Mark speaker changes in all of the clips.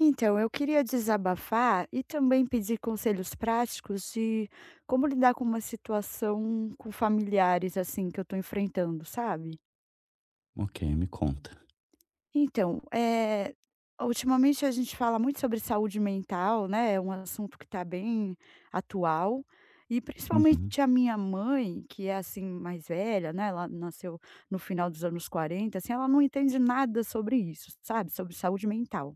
Speaker 1: Então, eu queria desabafar e também pedir conselhos práticos de como lidar com uma situação com familiares, assim, que eu estou enfrentando, sabe?
Speaker 2: Ok, me conta.
Speaker 1: Então, ultimamente a gente fala muito sobre saúde mental, né? É um assunto que está bem atual. E
Speaker 2: Uhum.
Speaker 1: principalmente a minha mãe, que é assim mais velha, né? Ela nasceu no final dos anos 40, assim, ela não entende nada sobre isso, sabe? Sobre saúde mental.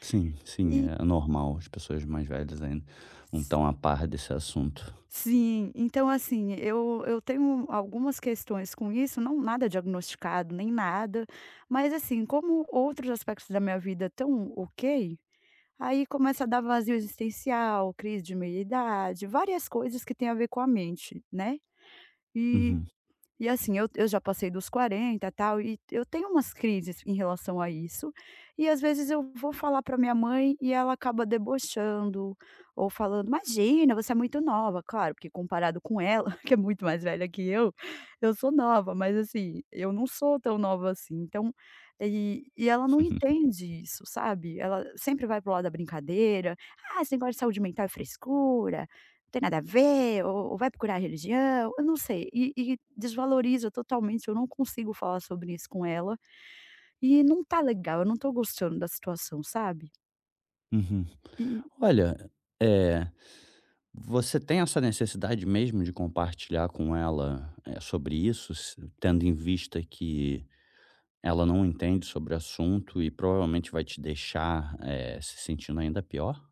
Speaker 2: Sim, sim, é normal. As pessoas mais velhas ainda
Speaker 1: E
Speaker 2: não estão a par desse assunto.
Speaker 1: Sim, então assim, eu tenho algumas questões com isso, não nada diagnosticado, nem nada, mas assim, como outros aspectos da minha vida estão ok, aí começa a dar vazio existencial, crise de meia-idade, várias coisas que têm a ver com a mente, né. E
Speaker 2: Uhum.
Speaker 1: e assim, eu já passei dos 40 tal, e eu tenho umas crises em relação a isso, e às vezes eu vou falar para minha mãe e ela acaba debochando ou falando: "Imagina, você é muito nova". Claro, porque comparado com ela, que é muito mais velha que eu sou nova, mas assim, eu não sou tão nova assim. Então, e ela não entende isso, sabe. Ela sempre vai pro lado da brincadeira: "Ah, esse negócio de saúde mental é frescura tem nada a ver, ou vai procurar a religião, eu não sei, e desvaloriza totalmente, eu não consigo falar sobre isso com ela, e não tá legal, eu não tô gostando da situação, sabe?"
Speaker 2: Uhum.
Speaker 1: E
Speaker 2: Olha, é, você tem essa necessidade mesmo de compartilhar com ela é, sobre isso, tendo em vista que ela não entende sobre o assunto e provavelmente vai te deixar é, se sentindo ainda pior?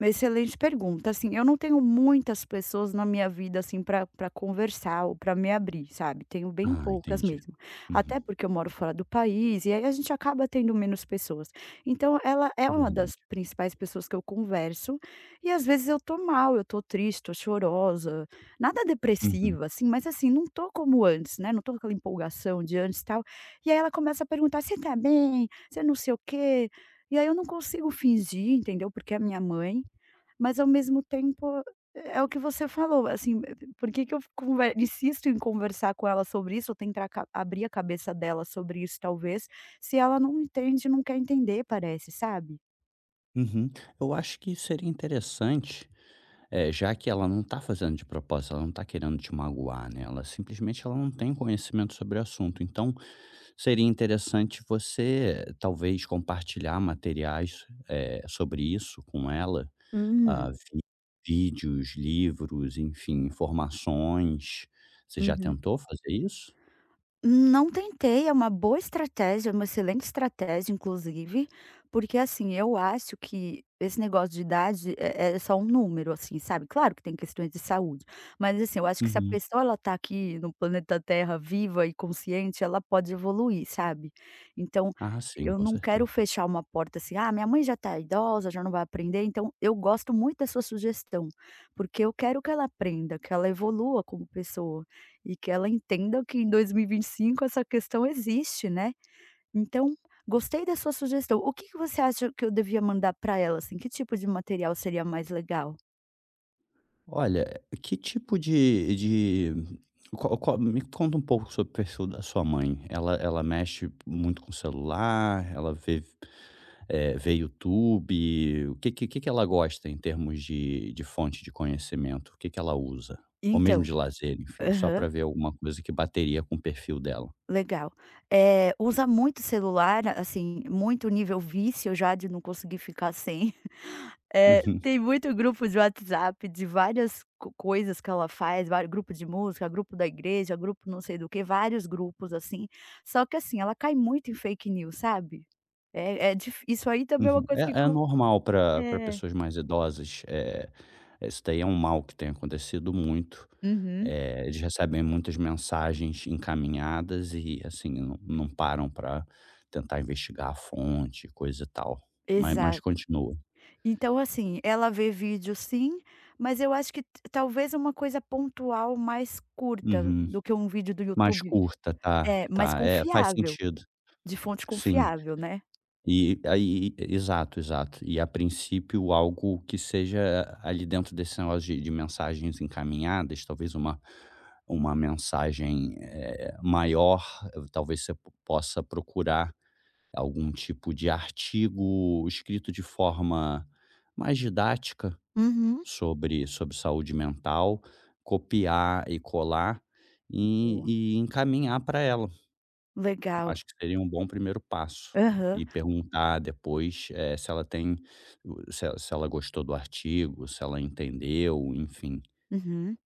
Speaker 1: Excelente pergunta. Assim, eu não tenho muitas pessoas na minha vida, assim, para conversar ou para me abrir, sabe. Tenho bem
Speaker 2: Ah,
Speaker 1: poucas
Speaker 2: entendi.
Speaker 1: mesmo.
Speaker 2: Uhum.
Speaker 1: Até porque eu moro fora do país, e aí a gente acaba tendo menos pessoas. Então ela é
Speaker 2: É
Speaker 1: uma
Speaker 2: verdade.
Speaker 1: das principais pessoas que eu converso, e às vezes eu tô mal, eu tô triste, tô chorosa, nada
Speaker 2: Uhum.
Speaker 1: depressiva, assim, mas assim, não tô como antes, né, não tô com aquela empolgação de antes, e tal. E aí ela começa a perguntar: "Você tá bem? Você não sei o quê". E aí eu não consigo fingir, entendeu, porque é minha mãe, mas ao mesmo tempo, é o que você falou, assim, por que que eu conver insisto em conversar com ela sobre isso, ou tentar ca abrir a cabeça dela sobre isso talvez, se ela não entende, não quer entender parece, sabe?
Speaker 2: Uhum. Eu acho que seria interessante. É, já que ela não tá fazendo de propósito, ela não tá querendo te magoar, né, ela simplesmente ela não tem conhecimento sobre o assunto. Então, seria interessante você talvez compartilhar materiais, sobre isso com ela.
Speaker 1: Hum,
Speaker 2: Ah, vi Vídeos, livros, enfim, informações. Você já
Speaker 1: uhum.
Speaker 2: tentou fazer isso?
Speaker 1: Não tentei, é uma boa estratégia, é uma excelente estratégia, inclusive, porque assim, eu acho que esse negócio de idade é só um número, assim, sabe? Claro que tem questões de saúde, mas assim, eu acho que se a
Speaker 2: Uhum.
Speaker 1: pessoa ela tá aqui no planeta Terra viva e consciente, ela pode evoluir, sabe? Então,
Speaker 2: Ah, sim,
Speaker 1: eu
Speaker 2: com
Speaker 1: não
Speaker 2: certeza.
Speaker 1: quero fechar uma porta assim, ah, minha mãe já tá idosa, já não vai aprender, então eu gosto muito da sua sugestão, porque eu quero que ela aprenda, que ela evolua como pessoa. E que ela entenda que em 2025 essa questão existe, né. Então, gostei da sua sugestão. O que que você acha que eu devia mandar para ela, assim, que tipo de material seria mais legal?
Speaker 2: Olha, que tipo de qual qual me conta um pouco sobre o perfil da sua mãe. Ela mexe muito com o celular? Ela vê YouTube? O que que ela gosta em termos de fonte de conhecimento? O que que ela usa? Ou mesmo
Speaker 1: Então,
Speaker 2: de lazer, enfim, só
Speaker 1: aham.
Speaker 2: para ver alguma coisa que bateria com o perfil dela.
Speaker 1: Legal. Usa muito celular, assim, muito nível vício já de não conseguir ficar sem.
Speaker 2: Uhum,
Speaker 1: Tem muito grupo de WhatsApp de várias co coisas que ela faz, vários grupo de música, grupo da igreja, grupo não sei do que vários grupos, assim. Só que assim, ela cai muito em fake news, sabe. É é dif Isso aí também é
Speaker 2: uhum.
Speaker 1: uma coisa que
Speaker 2: É
Speaker 1: com
Speaker 2: normal para pra
Speaker 1: é.
Speaker 2: pessoas mais idosas, isso daí é um mal que tem acontecido muito.
Speaker 1: Uhum.
Speaker 2: Eles recebem muitas mensagens encaminhadas e, assim, não param para tentar investigar a fonte, coisa e tal. Mas
Speaker 1: Exato.
Speaker 2: continua.
Speaker 1: Então, assim, ela vê vídeo sim, mas eu acho que talvez uma coisa pontual mais curta
Speaker 2: Uhum.
Speaker 1: do que um vídeo do
Speaker 2: Mais
Speaker 1: YouTube
Speaker 2: curta, tá,
Speaker 1: é, mais
Speaker 2: tá. É, faz
Speaker 1: confiável,
Speaker 2: sentido.
Speaker 1: de fonte
Speaker 2: Sim.
Speaker 1: confiável, né.
Speaker 2: E aí exato, exato. E a princípio algo que seja ali dentro desse negócio de mensagens encaminhadas, talvez uma mensagem, maior, talvez você possa procurar algum tipo de artigo escrito de forma mais didática
Speaker 1: Uhum.
Speaker 2: sobre saúde mental, copiar e colar
Speaker 1: Boa,
Speaker 2: e encaminhar para ela.
Speaker 1: legal.
Speaker 2: Acho que seria um bom primeiro passo.
Speaker 1: Aham,
Speaker 2: E perguntar depois, se ela gostou do artigo, se ela entendeu, enfim.
Speaker 1: uhum.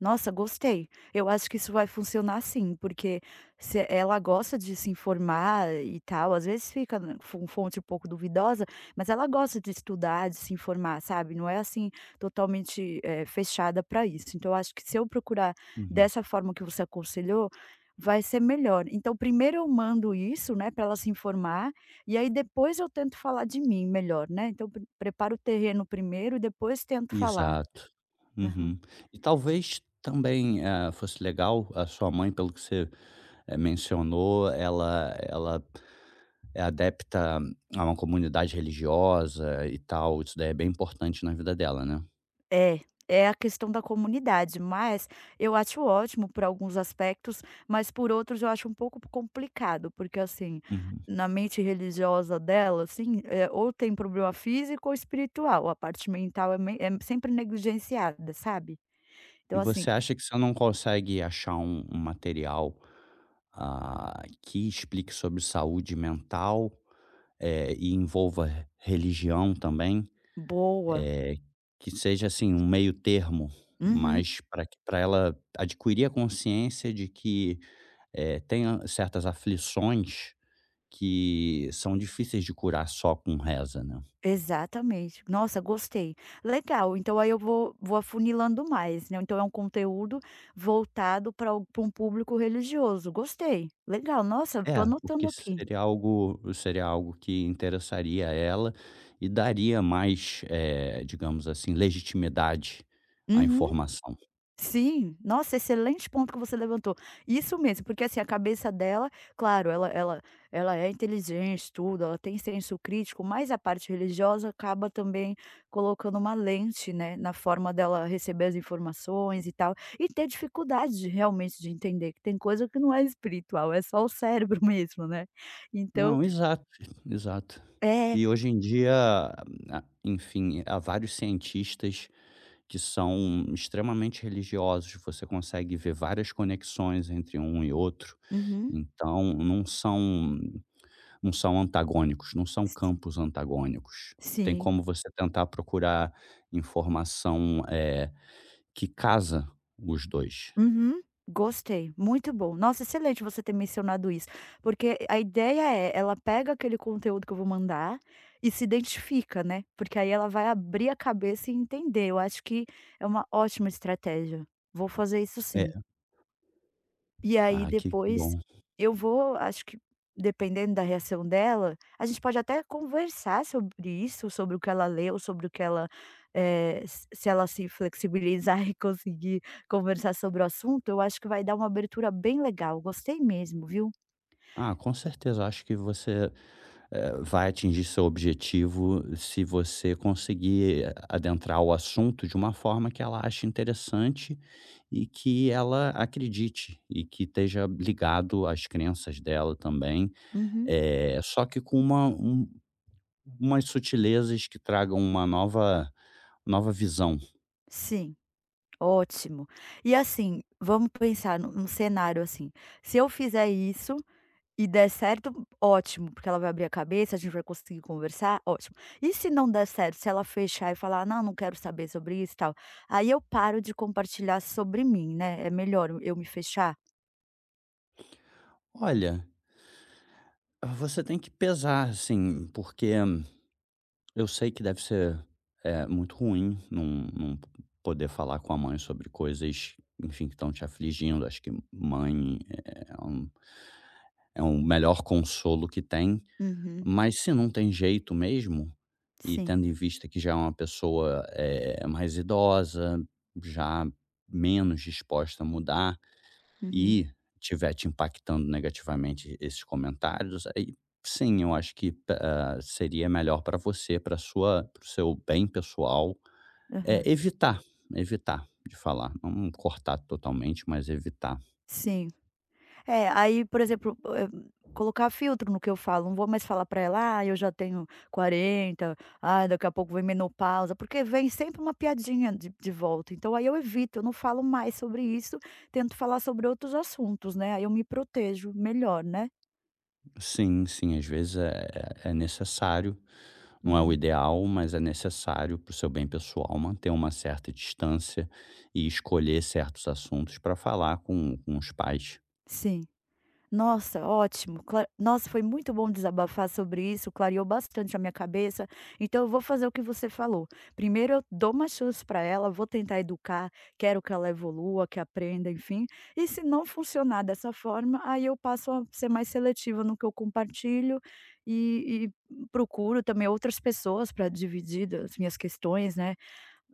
Speaker 1: Nossa, gostei. Eu acho que isso vai funcionar sim, porque se ela gosta de se informar e tal, às vezes fica né, com fonte um pouco duvidosa, mas ela gosta de estudar, de se informar, sabe? Não é assim totalmente fechada para isso. Então, eu acho que se eu procurar
Speaker 2: Uhum.
Speaker 1: dessa forma que você aconselhou, vai ser melhor. Então, primeiro eu mando isso, né, para ela se informar, e aí depois eu tento falar de mim melhor, né? Então, preparo o terreno primeiro e depois tento falar.
Speaker 2: Exato. Uhum. E talvez também, fosse legal a sua mãe, pelo que você, mencionou, ela é adepta a uma comunidade religiosa e tal, isso daí é bem importante na vida dela, né?
Speaker 1: É, é a questão da comunidade, mas eu acho ótimo por alguns aspectos, mas por outros eu acho um pouco complicado, porque assim,
Speaker 2: Uhum.
Speaker 1: na mente religiosa dela, assim, ou tem problema físico ou espiritual, a parte mental é mei é sempre negligenciada, sabe.
Speaker 2: E
Speaker 1: Então assim,
Speaker 2: você acha que você não consegue achar um material, ah, que explique sobre saúde mental, e envolva religião também?
Speaker 1: boa.
Speaker 2: Eh, que seja, assim, um meio termo,
Speaker 1: Uhum.
Speaker 2: mas para que pra ela adquirir a consciência de que, tem a certas aflições que são difíceis de curar só com reza, né.
Speaker 1: Exatamente. Nossa, gostei. Legal, então aí eu vou afunilando mais, né, então é um conteúdo voltado para um público religioso. Gostei. Legal, nossa, estou
Speaker 2: É, porque
Speaker 1: anotando aqui.
Speaker 2: seria algo que interessaria a ela e daria mais, digamos assim, legitimidade à
Speaker 1: Uhum.
Speaker 2: informação.
Speaker 1: Sim, nossa, excelente ponto que você levantou. Isso mesmo, porque assim, a cabeça dela, claro, ela é inteligente, tudo, ela tem senso crítico, mas a parte religiosa acaba também colocando uma lente, né, na forma dela receber as informações e tal, e ter dificuldade de realmente de entender que tem coisa que não é espiritual, é só o cérebro mesmo, né. Então
Speaker 2: Não, exato, exato.
Speaker 1: é,
Speaker 2: E hoje em dia, a enfim, há vários cientistas que são extremamente religiosos, você consegue ver várias conexões entre um e outro,
Speaker 1: uhum,
Speaker 2: então não são antagônicos, não são
Speaker 1: si
Speaker 2: campos antagônicos. Tem
Speaker 1: sim.
Speaker 2: como você tentar procurar informação, que casa os 2.
Speaker 1: Uhum, gostei, muito bom. Nossa, excelente você ter mencionado isso, porque a ideia é, ela pega aquele conteúdo que eu vou mandar e se identifica, né, porque aí ela vai abrir a cabeça e entender. Eu acho que é uma ótima estratégia. Vou fazer isso
Speaker 2: É.
Speaker 1: sim. E aí
Speaker 2: Ah, que
Speaker 1: depois
Speaker 2: bom.
Speaker 1: eu vou acho que dependendo da reação dela, a gente pode até conversar sobre isso, sobre o que ela leu, sobre o que ela, se ela se flexibilizar e conseguir conversar sobre o assunto, eu acho que vai dar uma abertura bem legal, gostei mesmo, viu.
Speaker 2: Ah, com certeza, acho que você vai atingir seu objetivo se você conseguir adentrar o assunto de uma forma que ela ache interessante e que ela acredite e que esteja ligado às crenças dela também,
Speaker 1: Uhum.
Speaker 2: só que com umas sutilezas que tragam uma nova nova visão.
Speaker 1: Sim, ótimo. E assim, vamos pensar num cenário assim, se eu fizer isso e der certo, ótimo, porque ela vai abrir a cabeça, a gente vai conseguir conversar, ótimo. E se não der certo, se ela fechar e falar: "Não, não quero saber sobre isso e tal", aí eu paro de compartilhar sobre mim, né, é melhor eu me fechar.
Speaker 2: Olha, você tem que pesar, assim, porque eu sei que deve ser, muito ruim não poder falar com a mãe sobre coisas, enfim, que estão te afligindo. Acho que mãe é o melhor consolo que tem,
Speaker 1: Uhum,
Speaker 2: mas se não tem jeito mesmo, e
Speaker 1: sim.
Speaker 2: tendo em vista que já é uma pessoa, mais idosa, já menos disposta a mudar,
Speaker 1: Uhum,
Speaker 2: e tiver te impactando negativamente esses comentários, aí sim, eu acho que ah, seria melhor para você, para o seu bem pessoal, é
Speaker 1: aham.
Speaker 2: evitar, evitar de falar, não cortar totalmente, mas evitar.
Speaker 1: Sim. É, aí, por exemplo, colocar filtro no que eu falo, não vou mais falar pra ela: "Ah, eu já tenho 40 ah, daqui a pouco vem menopausa", porque vem sempre uma piadinha de volta, então aí eu evito, eu não falo mais sobre isso, tento falar sobre outros assuntos, né, aí eu me protejo melhor, né.
Speaker 2: Sim, sim, às vezes é necessário, não é o
Speaker 1: Uhum.
Speaker 2: ideal, mas é necessário para o seu bem pessoal manter uma certa distância e escolher certos assuntos para falar com os pais.
Speaker 1: Sim. Nossa, ótimo. Cla nossa, foi muito bom desabafar sobre isso, clareou bastante a minha cabeça. Então eu vou fazer o que você falou. Primeiro eu dou uma chance para ela, vou tentar educar, quero que ela evolua, que aprenda, enfim. E se não funcionar dessa forma, aí eu passo a ser mais seletiva no que eu compartilho e procuro também outras pessoas para dividir das minhas questões, né,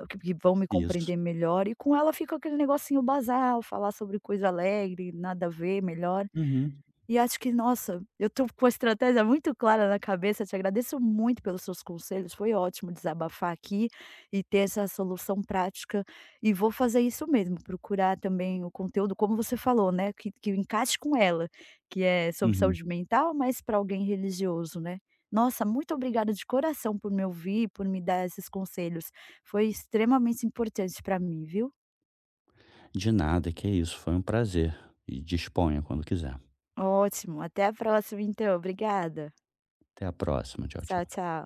Speaker 1: que vão me
Speaker 2: Isso.
Speaker 1: compreender melhor. E com ela fica aquele negocinho basal, falar sobre coisa alegre, nada a ver, melhor.
Speaker 2: Uhum,
Speaker 1: E acho que, nossa, eu tô com a estratégia muito clara na cabeça, te agradeço muito pelos seus conselhos, foi ótimo desabafar aqui e ter essa solução prática, e vou fazer isso mesmo, procurar também o conteúdo, como você falou, né, que encaixe com ela, que é sobre
Speaker 2: uhum.
Speaker 1: saúde mental, mas para alguém religioso, né. Nossa, muito obrigada de coração por me ouvir, por me dar esses conselhos, foi extremamente importante para mim, viu.
Speaker 2: De nada, que é isso. Foi um prazer. E disponha quando quiser.
Speaker 1: Ótimo, até a próxima então, obrigada.
Speaker 2: Até a próxima. Tchau,
Speaker 1: Tchau,
Speaker 2: tchau.
Speaker 1: tchau.